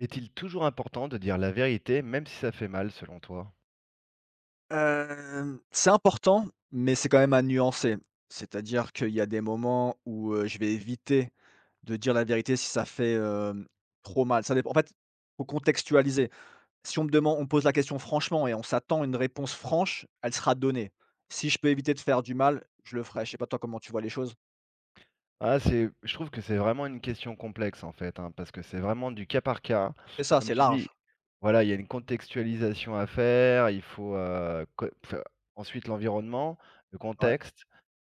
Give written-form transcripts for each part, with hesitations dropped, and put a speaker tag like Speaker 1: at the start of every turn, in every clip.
Speaker 1: Est-il toujours important de dire la vérité, même si ça fait mal, selon toi?
Speaker 2: C'est important, mais c'est quand même à nuancer. C'est-à-dire qu'il y a des moments où, je vais éviter de dire la vérité si ça fait, trop mal. Ça dépend en fait, faut contextualiser. Si on me demande, on me pose la question franchement et on s'attend à une réponse franche, elle sera donnée. Si je peux éviter de faire du mal, je le ferai. Je sais pas toi comment tu vois les choses?
Speaker 1: Ah, c'est je trouve que c'est vraiment une question complexe, en fait, hein, parce que c'est vraiment du cas par cas.
Speaker 2: C'est ça,
Speaker 1: Comme
Speaker 2: c'est
Speaker 1: tu dis,
Speaker 2: large.
Speaker 1: voilà, il y a une contextualisation à faire, il faut, co enfin, ensuite l'environnement, le
Speaker 2: Ouais,
Speaker 1: contexte.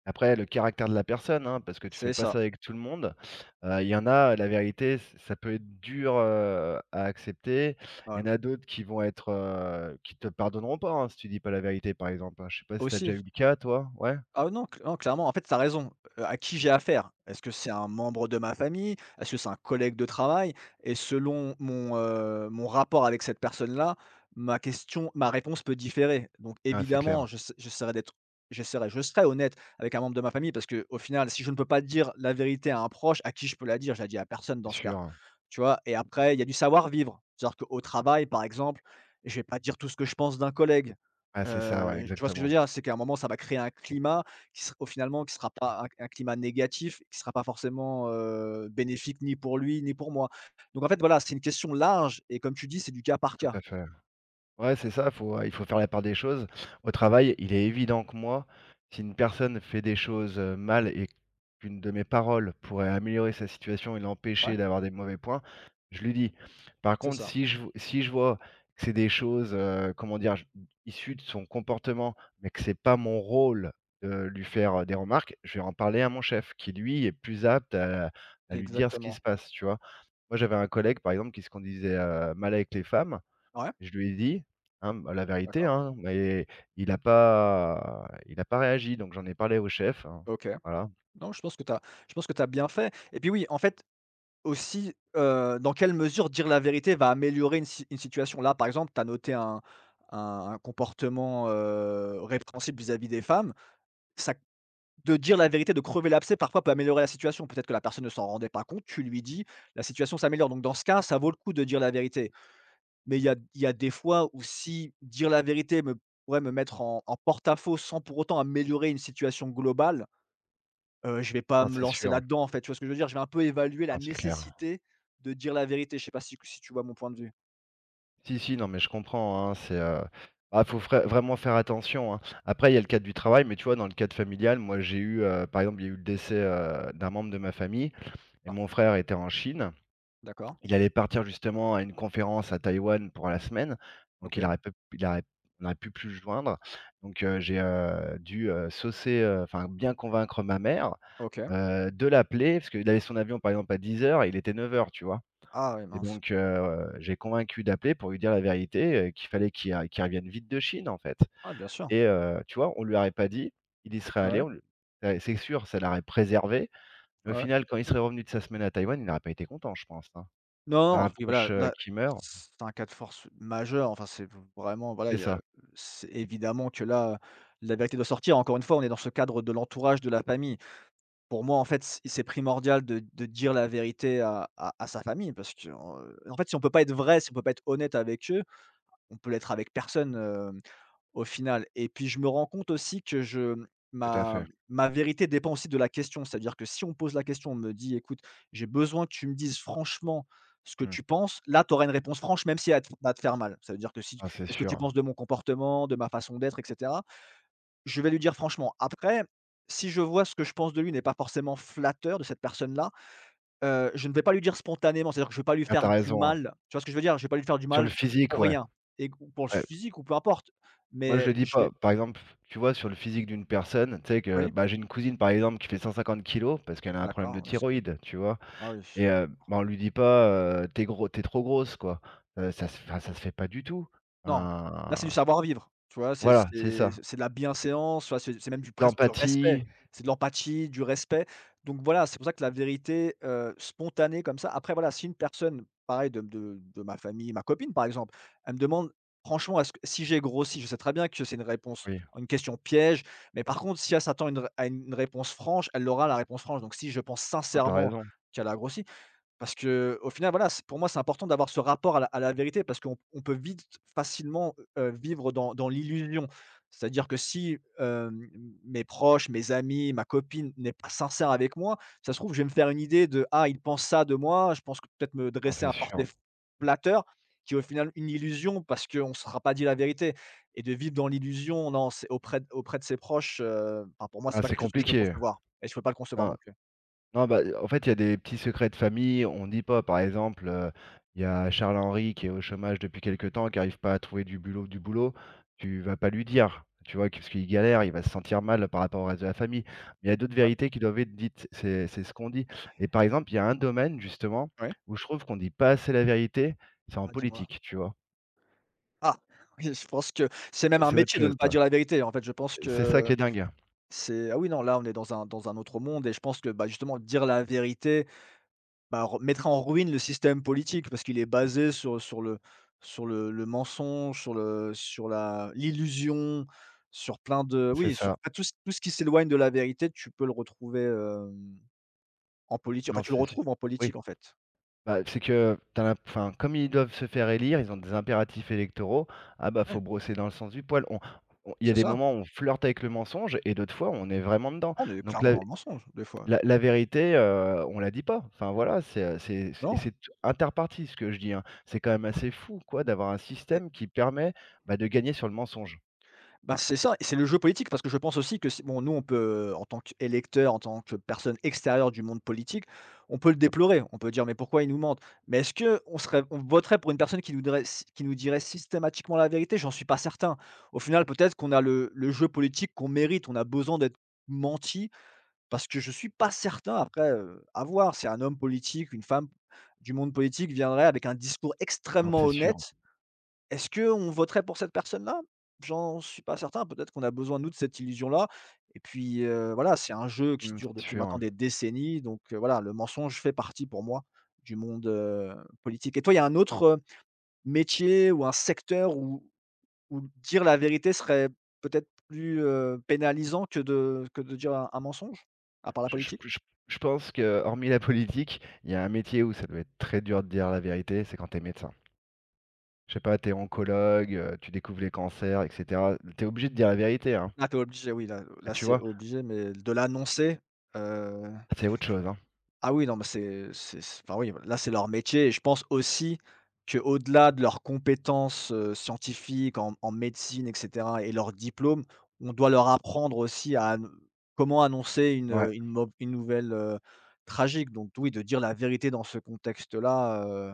Speaker 1: Après le caractère de la personne, hein, parce que tu fais
Speaker 2: c'est
Speaker 1: pas
Speaker 2: ça.
Speaker 1: ça avec tout le monde. Il y en a, la vérité, ç ça peut être dur, à accepter. Il
Speaker 2: Ouais.
Speaker 1: y en a d'autres qui vont être, qui te pardonneront pas, hein, si tu dis pas la vérité, par exemple, hein. Je sais pas si tu as déjà
Speaker 2: Aussi.
Speaker 1: eu le cas toi? Ouais?
Speaker 2: Ah non, cl non, clairement, en fait, tu as raison. À qui j'ai affaire? Est-ce que c'est un membre de ma famille? Est-ce que c'est un collègue de travail? Et selon mon rapport avec cette personne-là, ma réponse peut différer. Donc
Speaker 1: Ah, c'est
Speaker 2: évidemment,
Speaker 1: clair,
Speaker 2: j'essa j'essaierai d'être j'essaierai je serai honnête avec un membre de ma famille parce que au final, si je ne peux pas dire la vérité à un proche, à qui je peux la dire? Je la dis à personne dans
Speaker 1: c'est
Speaker 2: ce cas.
Speaker 1: sûr.
Speaker 2: Tu vois? Et après, il y a du savoir-vivre. C'est-à-dire qu'au travail, par exemple, je vais pas dire tout ce que je pense d'un collègue.
Speaker 1: Ah, c'est ça, ouais,
Speaker 2: Tu vois ce que je veux
Speaker 1: exactement.
Speaker 2: dire? C'est qu'à un moment, ça va créer un climat qui ser au finalement, qui sera pas un climat négatif, qui sera pas forcément, bénéfique ni pour lui ni pour moi. Donc en fait, voilà, c'est une question large et comme tu dis, c'est du cas par
Speaker 1: Tout
Speaker 2: cas.
Speaker 1: à fait. Ouais, c'est ça, il faut faire la part des choses. Au travail, il est évident que moi, si une personne fait des choses, mal et qu'une de mes paroles pourrait améliorer sa situation et
Speaker 2: Ouais,
Speaker 1: l'empêcher d'avoir des mauvais points, je lui dis. Par
Speaker 2: c'est
Speaker 1: contre,
Speaker 2: ça,
Speaker 1: si je vois que c'est des choses, comment dire? J Issues de son comportement, mais que c'est pas mon rôle de lui faire, des remarques, je vais en parler à mon chef qui, lui, est plus apte à lui dire ce qui
Speaker 2: exactement.
Speaker 1: se passe, tu vois? Moi, j'avais un collègue, par exemple, qui se conduisait, mal avec les femmes.
Speaker 2: Ouais,
Speaker 1: Je lui ai dit, hein, bah, la vérité,
Speaker 2: d'accord.
Speaker 1: hein, mais il a pas réagi, donc j'en ai parlé au chef, hein,
Speaker 2: OK.
Speaker 1: voilà.
Speaker 2: Non, je pense que tu as bien fait et puis oui, en fait. Aussi, dans quelle mesure dire la vérité va améliorer une si une situation? Là, par exemple, tu as noté un un comportement, répréhensible vis-à-vis des femmes. Ça de dire la vérité, de crever l'abcès, parfois peut améliorer la situation. Peut-être que la personne ne s'en rendait pas compte, tu lui dis, la situation s'améliore. Donc dans ce cas, ça vaut le coup de dire la vérité. Mais il y a des fois où si dire la vérité me pourrait me mettre en porte-à-faux sans pour autant améliorer une situation globale. Je vais pas
Speaker 1: Ah,
Speaker 2: me
Speaker 1: c'est
Speaker 2: lancer
Speaker 1: sûr,
Speaker 2: là-dedans, en fait, tu vois ce que je veux dire? Je vais un peu évaluer la
Speaker 1: ah, c'est clair.
Speaker 2: nécessité de dire la vérité. Je sais pas si tu vois mon point de vue?
Speaker 1: Si, si, non, mais je comprends, hein, c'est, bah, faut vraiment faire attention, hein. Après, il y a le cadre du travail, mais tu vois, dans le cadre familial, moi, j'ai eu, par exemple, il y a eu le décès, d'un membre de ma famille et
Speaker 2: Ah,
Speaker 1: mon frère était en Chine.
Speaker 2: d'accord.
Speaker 1: Il allait partir justement à une conférence à Taïwan pour la semaine, donc
Speaker 2: OK,
Speaker 1: il aurait peu il aurait on aurait pu plus le joindre. Donc j'ai, dû, enfin bien convaincre ma mère,
Speaker 2: OK.
Speaker 1: de l'appeler parce qu'il avait son avion par exemple à 10 h et il était 9 heures, tu vois?
Speaker 2: Ah ouais,
Speaker 1: Et
Speaker 2: mince.
Speaker 1: donc j'ai convaincu d'appeler pour lui dire la vérité, qu'il fallait qu'il revienne vite de Chine, en fait
Speaker 2: Ah bien sûr.
Speaker 1: et tu vois? On lui aurait pas dit, il y serait allé,
Speaker 2: Ouais,
Speaker 1: on le ouais, c'est sûr, ça l'aurait préservé, mais au
Speaker 2: ouais.
Speaker 1: final, quand il serait revenu de sa semaine à Taïwan, il n'aurait pas été content, je pense, hein. Tu
Speaker 2: Non,
Speaker 1: Un
Speaker 2: non, oui, voilà,
Speaker 1: proche,
Speaker 2: là,
Speaker 1: qui meurt.
Speaker 2: c'est un cas de force majeur. Enfin, c'est vraiment, voilà,
Speaker 1: C'est
Speaker 2: il y a
Speaker 1: ça,
Speaker 2: c'est évidemment que là, la vérité doit sortir. Encore une fois, on est dans ce cadre de l'entourage, de la famille. Pour moi, en fait, c'est primordial de dire la vérité à sa famille parce que, en fait, si on peut pas être vrai, si on peut pas être honnête avec eux, on peut l'être avec personne, au final et puis je me rends compte aussi que je
Speaker 1: tout à
Speaker 2: ma
Speaker 1: fait.
Speaker 2: ma vérité dépend aussi de la question. C'est-à-dire que si on pose la question, on me dit: «Écoute, j'ai besoin que tu me dises franchement ce que
Speaker 1: Mmh.
Speaker 2: tu penses», là, tu auras une réponse franche même si elle va te faire mal. Ça veut dire que si
Speaker 1: Ah, c'est
Speaker 2: «Qu'est-ce que tu
Speaker 1: sûr.
Speaker 2: penses de mon comportement, de ma façon d'être?» et cetera. Je vais lui dire franchement. Après, si je vois ce que je pense de lui n'est pas forcément flatteur de cette personne-là. Je ne vais pas lui dire spontanément, c'est-à-dire que je vais pas lui
Speaker 1: Ah, tu
Speaker 2: faire du
Speaker 1: raison, hein.
Speaker 2: mal. Tu vois ce que je veux dire? Je vais pas lui faire du
Speaker 1: Sur le
Speaker 2: mal
Speaker 1: physique,
Speaker 2: pour
Speaker 1: ouais.
Speaker 2: rien et q ou pour le
Speaker 1: Ouais.
Speaker 2: physique ou peu importe,
Speaker 1: Moi, je
Speaker 2: mais
Speaker 1: le dis
Speaker 2: je
Speaker 1: pas.
Speaker 2: vais.
Speaker 1: Par exemple, tu vois, sur le physique d'une personne, tu sais que,
Speaker 2: Oui?
Speaker 1: bah, j'ai une cousine, par exemple, qui fait 150 kilos parce qu'elle a un problème de
Speaker 2: D'accord, oui, ce que
Speaker 1: thyroïde, tu vois?
Speaker 2: ah oui.
Speaker 1: Et bah, on lui dit pas: «Tu gros T'es trop grosse», quoi. Ça se Enfin, ça se fait pas du tout.
Speaker 2: Non, là, c'est du
Speaker 1: Hein,
Speaker 2: savoir-vivre, tu vois? C'est
Speaker 1: voilà, c'est
Speaker 2: c'est
Speaker 1: ça.
Speaker 2: c'est de la bienséance, tu vois? C'est même du presque du respect.
Speaker 1: L'empathie,
Speaker 2: C'est de l'empathie, du respect. Donc voilà, c'est pour ça que la vérité, spontanée comme ça après voilà, si une personne, pareil de ma famille, ma copine par exemple, elle me demande franchement: «Est-ce que si j'ai grossi?» Je sais très bien que c'est
Speaker 1: oui.
Speaker 2: une question piège, mais par contre si elle s'attend à une réponse franche, elle aura la réponse franche. Donc si je pense
Speaker 1: Non, tu
Speaker 2: sincèrement
Speaker 1: raison.
Speaker 2: qu'elle a grossi parce que, au final, voilà, c'est pour moi, c'est important d'avoir ce rapport à la vérité parce qu'on peut vite facilement, vivre dans l'illusion. C'est-à-dire que si, mes proches, mes amis, ma copine n'est pas sincère avec moi, ça se trouve, je vais me faire une idée de: «Ah, il pense ça de moi», je pense que peut-être me
Speaker 1: Non,
Speaker 2: dresser
Speaker 1: c'est
Speaker 2: un
Speaker 1: sûr.
Speaker 2: portrait f flatteur qui est au final une illusion parce qu'on ne se sera pas dit la vérité et de vivre dans l'illusion, non, c'est auprès de ses proches, enfin, pour moi, c'est
Speaker 1: Ah,
Speaker 2: pas
Speaker 1: c'est
Speaker 2: quelque chose que je peux
Speaker 1: compliqué.
Speaker 2: concevoir et je peux pas le concevoir non
Speaker 1: Non.
Speaker 2: plus.
Speaker 1: Non, bah, en fait, il y a des petits secrets de famille, on ne dit pas. Par exemple, il y a Charles Henry qui est au chômage depuis quelque temps, qui arrive pas à trouver du boulot, tu vas pas lui dire, tu vois? Que parce qu'il galère, il va se sentir mal par rapport au reste de la famille. Mais il y a d'autres
Speaker 2: Ah,
Speaker 1: vérités qui doivent être dites, c'est ce qu'on dit. Et par exemple, il y a un domaine justement
Speaker 2: ouais?
Speaker 1: où je trouve qu'on dit pas assez la vérité, c'est en
Speaker 2: Ah, dis-moi.
Speaker 1: politique, tu vois?
Speaker 2: Ah! Oui, je pense que c'est même
Speaker 1: Et
Speaker 2: un
Speaker 1: c'est autre
Speaker 2: métier de
Speaker 1: chose
Speaker 2: ne pas
Speaker 1: ça.
Speaker 2: dire la vérité. En fait, je pense
Speaker 1: C'est ça
Speaker 2: que
Speaker 1: qui est dingue.
Speaker 2: c'est. Ah oui, non, là, on est dans un autre monde et je pense que, bah, justement, dire la vérité, bah, re mettrait en ruine le système politique parce qu'il est basé sur le mensonge, sur le sur la l'illusion, sur plein de.
Speaker 1: C'est
Speaker 2: Oui, sur,
Speaker 1: ça.
Speaker 2: bah, tout ce qui s'éloigne de la vérité, tu peux le retrouver, en politique. Enfin,
Speaker 1: Non,
Speaker 2: tu le
Speaker 1: c'est
Speaker 2: retrouves en
Speaker 1: oui.
Speaker 2: politique, en fait.
Speaker 1: Bah, c'est que t'as enfin, comme ils doivent se faire élire, ils ont des impératifs électoraux. Ah bah faut
Speaker 2: Ouais,
Speaker 1: brosser dans le sens du poil. Il y a
Speaker 2: c'est
Speaker 1: des
Speaker 2: ça.
Speaker 1: moments où on flirte avec le mensonge et d'autres fois on est vraiment dedans.
Speaker 2: On est
Speaker 1: Donc
Speaker 2: clairement
Speaker 1: la,
Speaker 2: dans le mensonge, des fois,
Speaker 1: la, la vérité, on la dit pas. Enfin voilà, et
Speaker 2: non?
Speaker 1: c'est interparti ce que je dis. Hein. C'est quand même assez fou quoi d'avoir un système qui permet bah, de gagner sur le mensonge.
Speaker 2: Bah, c'est ça et c'est le jeu politique parce que je pense aussi que c'est bon, nous, on peut, en tant qu'électeur, en tant que personne extérieure du monde politique, on peut le déplorer. On peut dire: «Mais pourquoi ils nous mentent?» Mais est-ce que on serait on voterait pour une personne qui nous dirait s qui nous dirait systématiquement la vérité? J'en suis pas certain. Au final, peut-être qu'on a le jeu politique qu'on mérite, on a besoin d'être menti parce que je suis pas certain après, à voir si un homme politique, une femme du monde politique viendrait avec un discours
Speaker 1: Non,
Speaker 2: extrêmement
Speaker 1: c'est sûr.
Speaker 2: honnête, est-ce qu'on voterait pour cette personne-là? J'en suis pas certain, peut-être qu'on a besoin nous de cette illusion-là et puis, voilà, c'est un jeu qui
Speaker 1: Mm,
Speaker 2: dure
Speaker 1: c'est
Speaker 2: depuis maintenant
Speaker 1: sûr.
Speaker 2: des décennies donc, voilà, le mensonge fait partie pour moi du monde, politique et toi, il y a un autre, métier ou un secteur où dire la vérité serait peut-être plus, pénalisant que de dire un mensonge? À part la
Speaker 1: Je, je-
Speaker 2: politique?
Speaker 1: je- je pense que hormis la politique, il y a un métier où ça doit être très dur de dire la vérité, c'est quand t'es médecin. Je sais pas, t'es oncologue, tu découvres les cancers et cetera. Tu obligé de dire la vérité, hein.
Speaker 2: Ah, tu obligé, oui, là
Speaker 1: Ah,
Speaker 2: là,
Speaker 1: tu
Speaker 2: c'est
Speaker 1: vois?
Speaker 2: obligé mais de l'annoncer.
Speaker 1: Ah, c'est autre chose, hein.
Speaker 2: Ah oui, non, mais c'est enfin oui, là, c'est leur métier et je pense aussi que au delà de leurs compétences, scientifiques en médecine et cetera et leurs diplômes, on doit leur apprendre aussi à ann comment annoncer
Speaker 1: Ouais.
Speaker 2: une nouvelle, tragique donc oui, de dire la vérité dans ce contexte-là,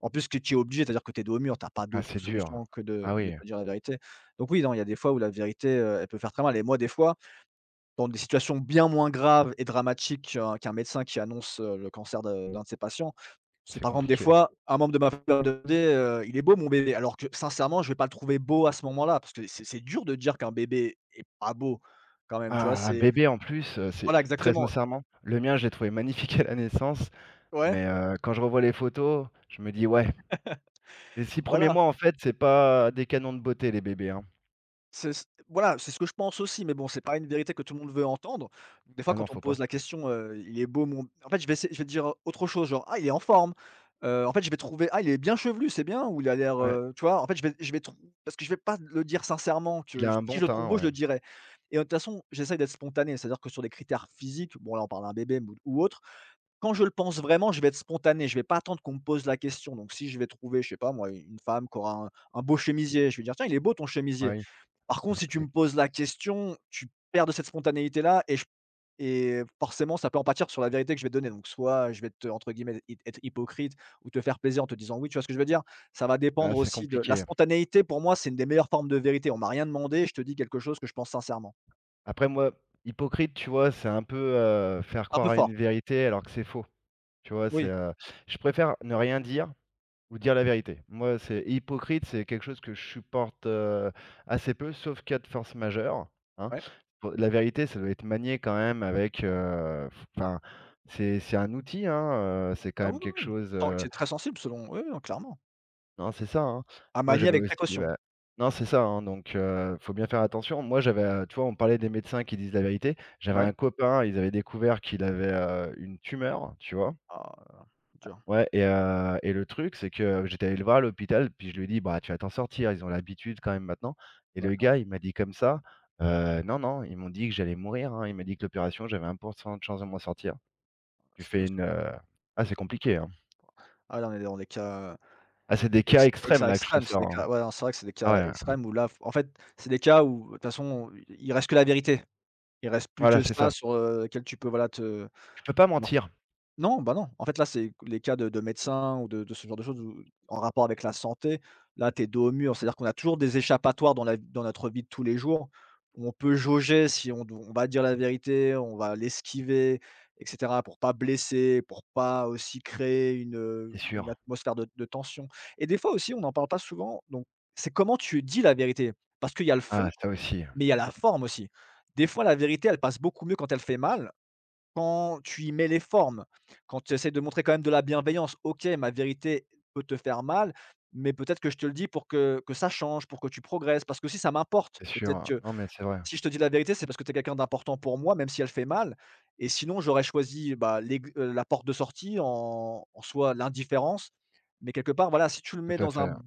Speaker 2: en plus que tu es obligé, c'est-à-dire que tu es dos au mur, tu as pas
Speaker 1: Ah,
Speaker 2: d'autre
Speaker 1: c'est dur.
Speaker 2: solution que de
Speaker 1: Ah
Speaker 2: de
Speaker 1: oui,
Speaker 2: te dire la vérité donc oui, non, il y a des fois où la vérité, elle peut faire très mal et moi, des fois dans des situations bien moins graves et dramatiques qu'un médecin qui annonce, le cancer de d'un de ses patients. C'est
Speaker 1: c'est
Speaker 2: par exemple des
Speaker 1: compliqué.
Speaker 2: fois, un membre de ma famille va me demander: «Il est beau mon bébé?» alors que sincèrement, je vais pas le trouver beau à ce moment-là, parce que c'est dur de dire qu'un bébé est pas beau quand même, tu vois?
Speaker 1: Ah, un
Speaker 2: C'est
Speaker 1: bébé en plus, c'est
Speaker 2: voilà
Speaker 1: très
Speaker 2: exactement.
Speaker 1: sincèrement, le mien, je l'ai trouvé magnifique à la naissance,
Speaker 2: Ouais,
Speaker 1: mais quand je revois les photos, je me dis: «Ouais». Les 6 premiers
Speaker 2: voilà.
Speaker 1: mois, en fait, c'est pas des canons de beauté les bébés, hein.
Speaker 2: C'est c voilà, c'est ce que je pense aussi, mais bon, c'est pas une vérité que tout le monde veut entendre. Des fois,
Speaker 1: Ah non,
Speaker 2: quand on me
Speaker 1: faut pas.
Speaker 2: pose la question: «Il est beau mon» en fait, je vais dire autre chose, genre: «Ah, il est en forme», en fait, je vais trouver: «Ah, il est bien chevelu, c'est bien» ou «Il a l'air»,
Speaker 1: Ouais,
Speaker 2: tu vois? En fait, je vais trou parce que je vais pas le dire sincèrement
Speaker 1: il
Speaker 2: que
Speaker 1: a un
Speaker 2: si je
Speaker 1: bon
Speaker 2: le trouve
Speaker 1: teint,
Speaker 2: beau, je
Speaker 1: ouais.
Speaker 2: le dirais et de toute façon, j'essaye d'être spontané, c'est-à-dire que sur des critères physiques, bon, là, on parle d'un bébé ou autre, quand je le pense vraiment, je vais être spontané, je vais pas attendre qu'on me pose la question. Donc si je vais trouver, je sais pas moi, une femme qui aura un beau chemisier, je vais dire: «Tiens, il est beau ton
Speaker 1: Ah
Speaker 2: chemisier».
Speaker 1: oui,
Speaker 2: Par contre,
Speaker 1: ah,
Speaker 2: si tu me poses la question, tu perds de cette spontanéité-là et forcément, ça peut en pâtir sur la vérité que je vais te donner. Donc, soit je vais te, entre guillemets, «être hypocrite» ou te faire plaisir en te disant «oui». Tu vois ce que je veux dire? Ça va dépendre
Speaker 1: c'est
Speaker 2: aussi de la
Speaker 1: compliqué.
Speaker 2: spontanéité. Pour moi, c'est une des meilleures formes de vérité. On m'a rien demandé, je te dis quelque chose que je pense sincèrement.
Speaker 1: Après moi, hypocrite, tu vois, c'est un peu, faire
Speaker 2: Un peu
Speaker 1: croire à
Speaker 2: fort,
Speaker 1: une vérité alors que c'est faux. Tu vois?
Speaker 2: oui,
Speaker 1: Je préfère ne rien dire ou dire la vérité. Moi, c'est hypocrite, c'est quelque chose que je supporte, assez peu, sauf cas de force majeure, hein.
Speaker 2: ouais.
Speaker 1: Faut la vérité, ça doit être manié quand même avec, f enfin, c'est un outil, hein, c'est quand
Speaker 2: Ah oui,
Speaker 1: même
Speaker 2: oui,
Speaker 1: quelque
Speaker 2: oui.
Speaker 1: chose,
Speaker 2: Tant c'est très sensible selon oui, oui, non, clairement.
Speaker 1: non, c'est ça, hein.
Speaker 2: À
Speaker 1: Moi,
Speaker 2: manier
Speaker 1: j'avais
Speaker 2: avec
Speaker 1: aussi
Speaker 2: précaution.
Speaker 1: bah non, c'est ça, hein, donc faut bien faire attention. Moi, j'avais, tu vois, on parlait des médecins qui disent la vérité. J'avais
Speaker 2: Oui.
Speaker 1: un copain, ils avaient découvert qu'il avait, une tumeur, tu vois?
Speaker 2: Ah, dur.
Speaker 1: Ouais et et le truc, c'est que j'étais allé le voir à l'hôpital, puis je lui ai dit: «Bah, tu vas t'en sortir, ils ont l'habitude quand même maintenant» et le
Speaker 2: D'accord.
Speaker 1: gars, il m'a dit comme ça: «Non, non, ils m'ont dit que j'allais mourir, hein, il m'a dit que l'opération, j'avais 1% de chance de m'en sortir». Tu fais
Speaker 2: Situation.
Speaker 1: une, ah, c'est compliqué, hein.
Speaker 2: Ah là, on est dans des cas.
Speaker 1: Ah, c'est des cas
Speaker 2: Ex
Speaker 1: extrêmes
Speaker 2: exa
Speaker 1: là que je te
Speaker 2: extrême, c'est
Speaker 1: sors,
Speaker 2: des
Speaker 1: hein.
Speaker 2: cas, ouais, non, c'est vrai que c'est des
Speaker 1: Ah
Speaker 2: cas
Speaker 1: ouais,
Speaker 2: extrêmes où là, f en fait, c'est des cas où, de toute façon, il reste que la vérité. Il reste plus
Speaker 1: voilà,
Speaker 2: que
Speaker 1: c'est
Speaker 2: ça
Speaker 1: ça.
Speaker 2: sur, lequel tu peux, voilà, te
Speaker 1: Tu peux pas mentir,
Speaker 2: non, bah, non. En fait, là, c'est les cas de médecins ou de ce genre de choses où en rapport avec la santé, là, tu es dos au mur. C'est-à-dire qu'on a toujours des échappatoires dans la dans notre vie de tous les jours où on peut jauger si on va dire la vérité, on va l'esquiver et cetera, pour pas blesser, pour pas aussi créer
Speaker 1: c'est
Speaker 2: une
Speaker 1: sûr.
Speaker 2: atmosphère de tension. Et des fois aussi, on n'en parle pas souvent, donc c'est comment tu dis la vérité. Parce qu'il y a le fond,
Speaker 1: Ah, ça aussi,
Speaker 2: mais il y a la forme aussi. Des fois, la vérité, elle passe beaucoup mieux quand elle fait mal, quand tu y mets les formes, quand tu essaies de montrer quand même de la bienveillance. OK, ma vérité peut te faire mal, mais peut-être que je te le dis pour que ça change, pour que tu progresses, parce que qu'aussi ça m'importe.
Speaker 1: c'est sûr.
Speaker 2: Peut-être
Speaker 1: Hein.
Speaker 2: que
Speaker 1: Non, mais c'est vrai,
Speaker 2: si je te dis la vérité, c'est parce que tu es quelqu'un d'important pour moi, même si elle fait mal. Et sinon j'aurais choisi, bah, l'aigu la porte de sortie en soit l'indifférence. Mais quelque part, voilà, si tu le mets
Speaker 1: tout à
Speaker 2: dans
Speaker 1: fait.
Speaker 2: un
Speaker 1: Hein.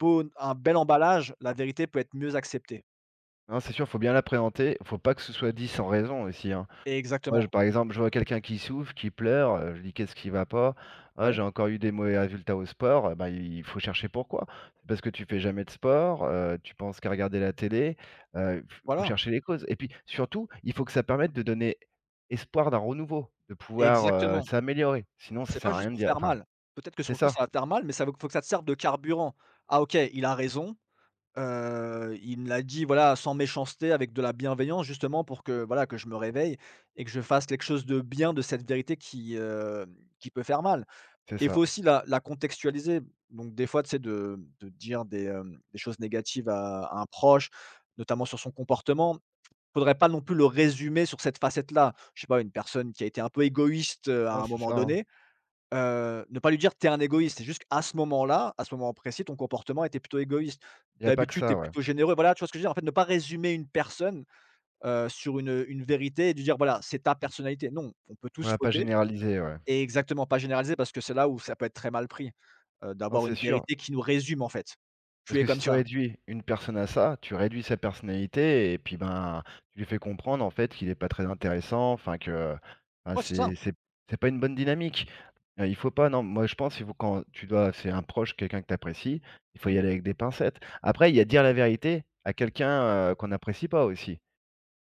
Speaker 2: beau un bel emballage, la vérité peut être mieux acceptée.
Speaker 1: Non, c'est sûr, faut bien l'appréhender, faut pas que ce soit dit sans raison aussi, hein. Moi, je,
Speaker 2: Exactement.
Speaker 1: par exemple, je vois quelqu'un qui souffre, qui pleure, je dis qu'est-ce qui va pas? Ah,
Speaker 2: Ouais,
Speaker 1: j'ai encore eu des mauvais résultats au sport. Eh ben, il faut chercher pourquoi. C'est parce que tu fais jamais de sport, tu penses qu'à regarder la télé. Il faut
Speaker 2: voilà,
Speaker 1: chercher les causes. Et puis surtout, il faut que ça permette de donner espoir d'un renouveau, de pouvoir
Speaker 2: exactement.
Speaker 1: s'améliorer. Sinon, ça
Speaker 2: C'est
Speaker 1: sert
Speaker 2: pas
Speaker 1: à
Speaker 2: juste
Speaker 1: rien de
Speaker 2: pour
Speaker 1: dire.
Speaker 2: faire
Speaker 1: Enfin,
Speaker 2: mal. Peut-être que
Speaker 1: c'est
Speaker 2: sur le coup,
Speaker 1: ça,
Speaker 2: ça va te faire mal, mais ça veut faut que ça te serve de carburant. Ah OK, il a raison, il me l'a dit, voilà, sans méchanceté, avec de la bienveillance justement pour que, voilà, que je me réveille et que je fasse quelque chose de bien de cette vérité qui, qui peut faire mal.
Speaker 1: c'est
Speaker 2: Et il faut
Speaker 1: ça.
Speaker 2: aussi la contextualiser. Donc des fois, tu sais, de dire des, des choses négatives à un proche, notamment sur son comportement, faudrait pas non plus le résumer sur cette facette-là. Je sais pas, une personne qui a été un peu égoïste, à
Speaker 1: Non,
Speaker 2: un
Speaker 1: c'est
Speaker 2: moment
Speaker 1: ça. Hein.
Speaker 2: donné. Ne pas lui dire: «Tu es un égoïste». C'est juste qu'à ce moment-là, à ce moment précis, ton comportement était plutôt égoïste.
Speaker 1: Il n'y a pas que
Speaker 2: D'habitude, t'es
Speaker 1: ça, ouais.
Speaker 2: plutôt généreux. Voilà, tu vois ce que je veux dire? En fait, ne pas résumer une personne, sur une vérité et lui dire: «Voilà, c'est ta personnalité». Non, on peut
Speaker 1: On
Speaker 2: tous
Speaker 1: va pas
Speaker 2: fauter
Speaker 1: généraliser, ouais.
Speaker 2: et exactement, pas généraliser, parce que c'est là où ça peut être très mal pris,
Speaker 1: Non,
Speaker 2: d'avoir
Speaker 1: c'est
Speaker 2: une
Speaker 1: sûr.
Speaker 2: vérité qui nous résume en fait.
Speaker 1: Parce
Speaker 2: «Tu es
Speaker 1: que si
Speaker 2: comme
Speaker 1: tu
Speaker 2: ça».
Speaker 1: réduis une personne à ça, tu réduis sa personnalité et puis, ben, tu lui fais comprendre, en fait, qu'il est pas très intéressant, enfin que, enfin,
Speaker 2: Ouais, c'est ça.
Speaker 1: c'est pas une bonne dynamique. Il faut pas, non, moi je pense, il faut quand tu dois c'est un proche, quelqu'un que tu apprécies, il faut
Speaker 2: Mmh.
Speaker 1: y aller avec des pincettes. Après, il y a dire la vérité à quelqu'un, qu'on n'apprécie pas aussi,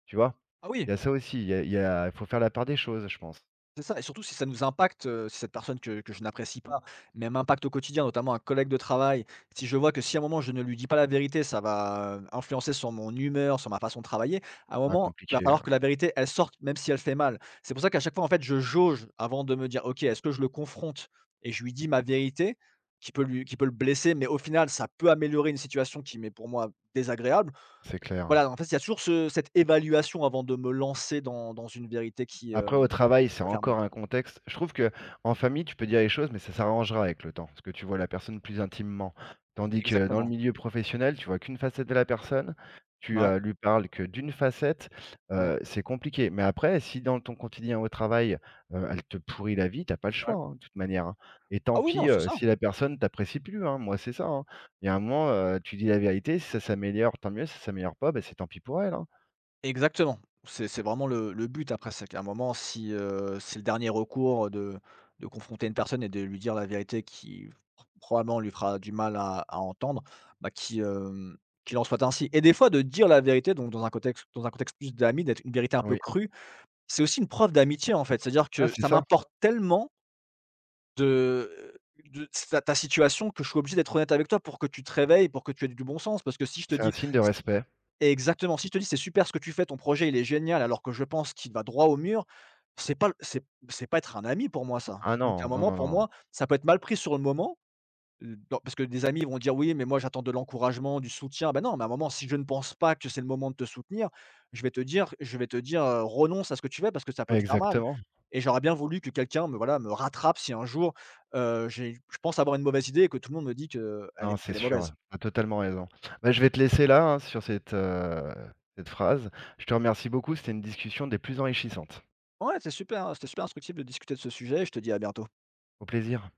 Speaker 1: tu vois?
Speaker 2: Ah
Speaker 1: Il
Speaker 2: oui.
Speaker 1: y a ça aussi, il y a il y a il faut faire la part des choses, je pense.
Speaker 2: C'est ça. Et surtout si ça nous impacte, si cette personne que je n'apprécie pas, même impact au quotidien, notamment un collègue de travail, si je vois que si à un moment je ne lui dis pas la vérité, ça va, influencer sur mon humeur, sur ma façon de travailler, à un
Speaker 1: Ah
Speaker 2: moment, il va
Speaker 1: compliqué,
Speaker 2: falloir que la vérité, elle sorte même si elle fait mal. C'est pour ça qu'à chaque fois, en fait, je jauge avant de me dire: «OK, est-ce que je le confronte et je lui dis ma vérité qui peut le blesser?» Mais au final, ça peut améliorer une situation qui m'est pour moi désagréable.
Speaker 1: c'est clair.
Speaker 2: Voilà, en fait, il y a toujours ce cette évaluation avant de me lancer dans une vérité qui,
Speaker 1: Après, au travail, c'est
Speaker 2: peut faire mal.
Speaker 1: encore un contexte. Je trouve que en famille, tu peux dire les choses, mais ça s'arrangera avec le temps, parce que tu vois la personne plus intimement. Tandis que dans le
Speaker 2: Exactement.
Speaker 1: milieu professionnel, tu vois qu'une facette de la personne, tu
Speaker 2: Ouais,
Speaker 1: lui parles que d'une facette,
Speaker 2: ouais,
Speaker 1: c'est compliqué. Mais après, si dans ton quotidien au travail, elle te pourrit la vie, t'as pas le
Speaker 2: ouais.
Speaker 1: choix, hein, de toute manière. Hein. Et tant
Speaker 2: Ah oui, non,
Speaker 1: pis
Speaker 2: c'est ça.
Speaker 1: si la personne t'apprécie plus, hein. Moi, c'est ça. Hein. Il y a un moment, tu dis la vérité, si ça s'améliore, tant mieux, si ça s'améliore pas, ben, c'est tant pis pour elle. Hein.
Speaker 2: Exactement. C'est vraiment le but. Après, c'est qu'à un moment si, c'est le dernier recours de confronter une personne et de lui dire la vérité qui probablement lui fera du mal à entendre, bah, qui, qu'il en soit ainsi. Et des fois de dire la vérité donc dans un contexte plus d'amis, d'être une vérité un peu
Speaker 1: Oui.
Speaker 2: crue, c'est aussi une preuve d'amitié en fait. C'est-à-dire
Speaker 1: Ah,
Speaker 2: que
Speaker 1: c'est
Speaker 2: ça
Speaker 1: ça.
Speaker 2: m'importe tellement de ta situation que je suis obligé d'être honnête avec toi pour que tu te réveilles, pour que tu aies du bon sens. Parce que si je te
Speaker 1: C'est un
Speaker 2: dis
Speaker 1: signe de respect.
Speaker 2: Exactement. Si je te dis: «C'est super ce que tu fais, ton projet il est génial», alors que je pense qu'il va droit au mur, c'est pas c'est c'est pas être un ami pour moi ça.
Speaker 1: Ah
Speaker 2: Donc à un
Speaker 1: non, non,
Speaker 2: moment
Speaker 1: non,
Speaker 2: pour
Speaker 1: non.
Speaker 2: moi, ça peut être mal pris sur le moment, dans parce que des amis vont dire: «Oui, mais moi j'attends de l'encouragement, du soutien». Ben non, mais à un moment si je ne pense pas que c'est le moment de te soutenir, je vais te dire, «Renonce à ce que tu fais parce que ça peut te faire mal».
Speaker 1: Exactement.
Speaker 2: Et j'aurais bien voulu que quelqu'un me, voilà, me rattrape si un jour, j'ai je pense avoir une mauvaise idée et que tout le monde me dit
Speaker 1: Non, c'est
Speaker 2: qu'elle est mauvaise.
Speaker 1: sûr, tu as totalement raison. Bah, je vais te laisser là, hein, sur cette phrase. Je te remercie beaucoup, c'était une discussion des plus enrichissantes.
Speaker 2: Ouais, c'est super, hein, c'était super instructif de discuter de ce sujet et je te dis à bientôt.
Speaker 1: Au plaisir.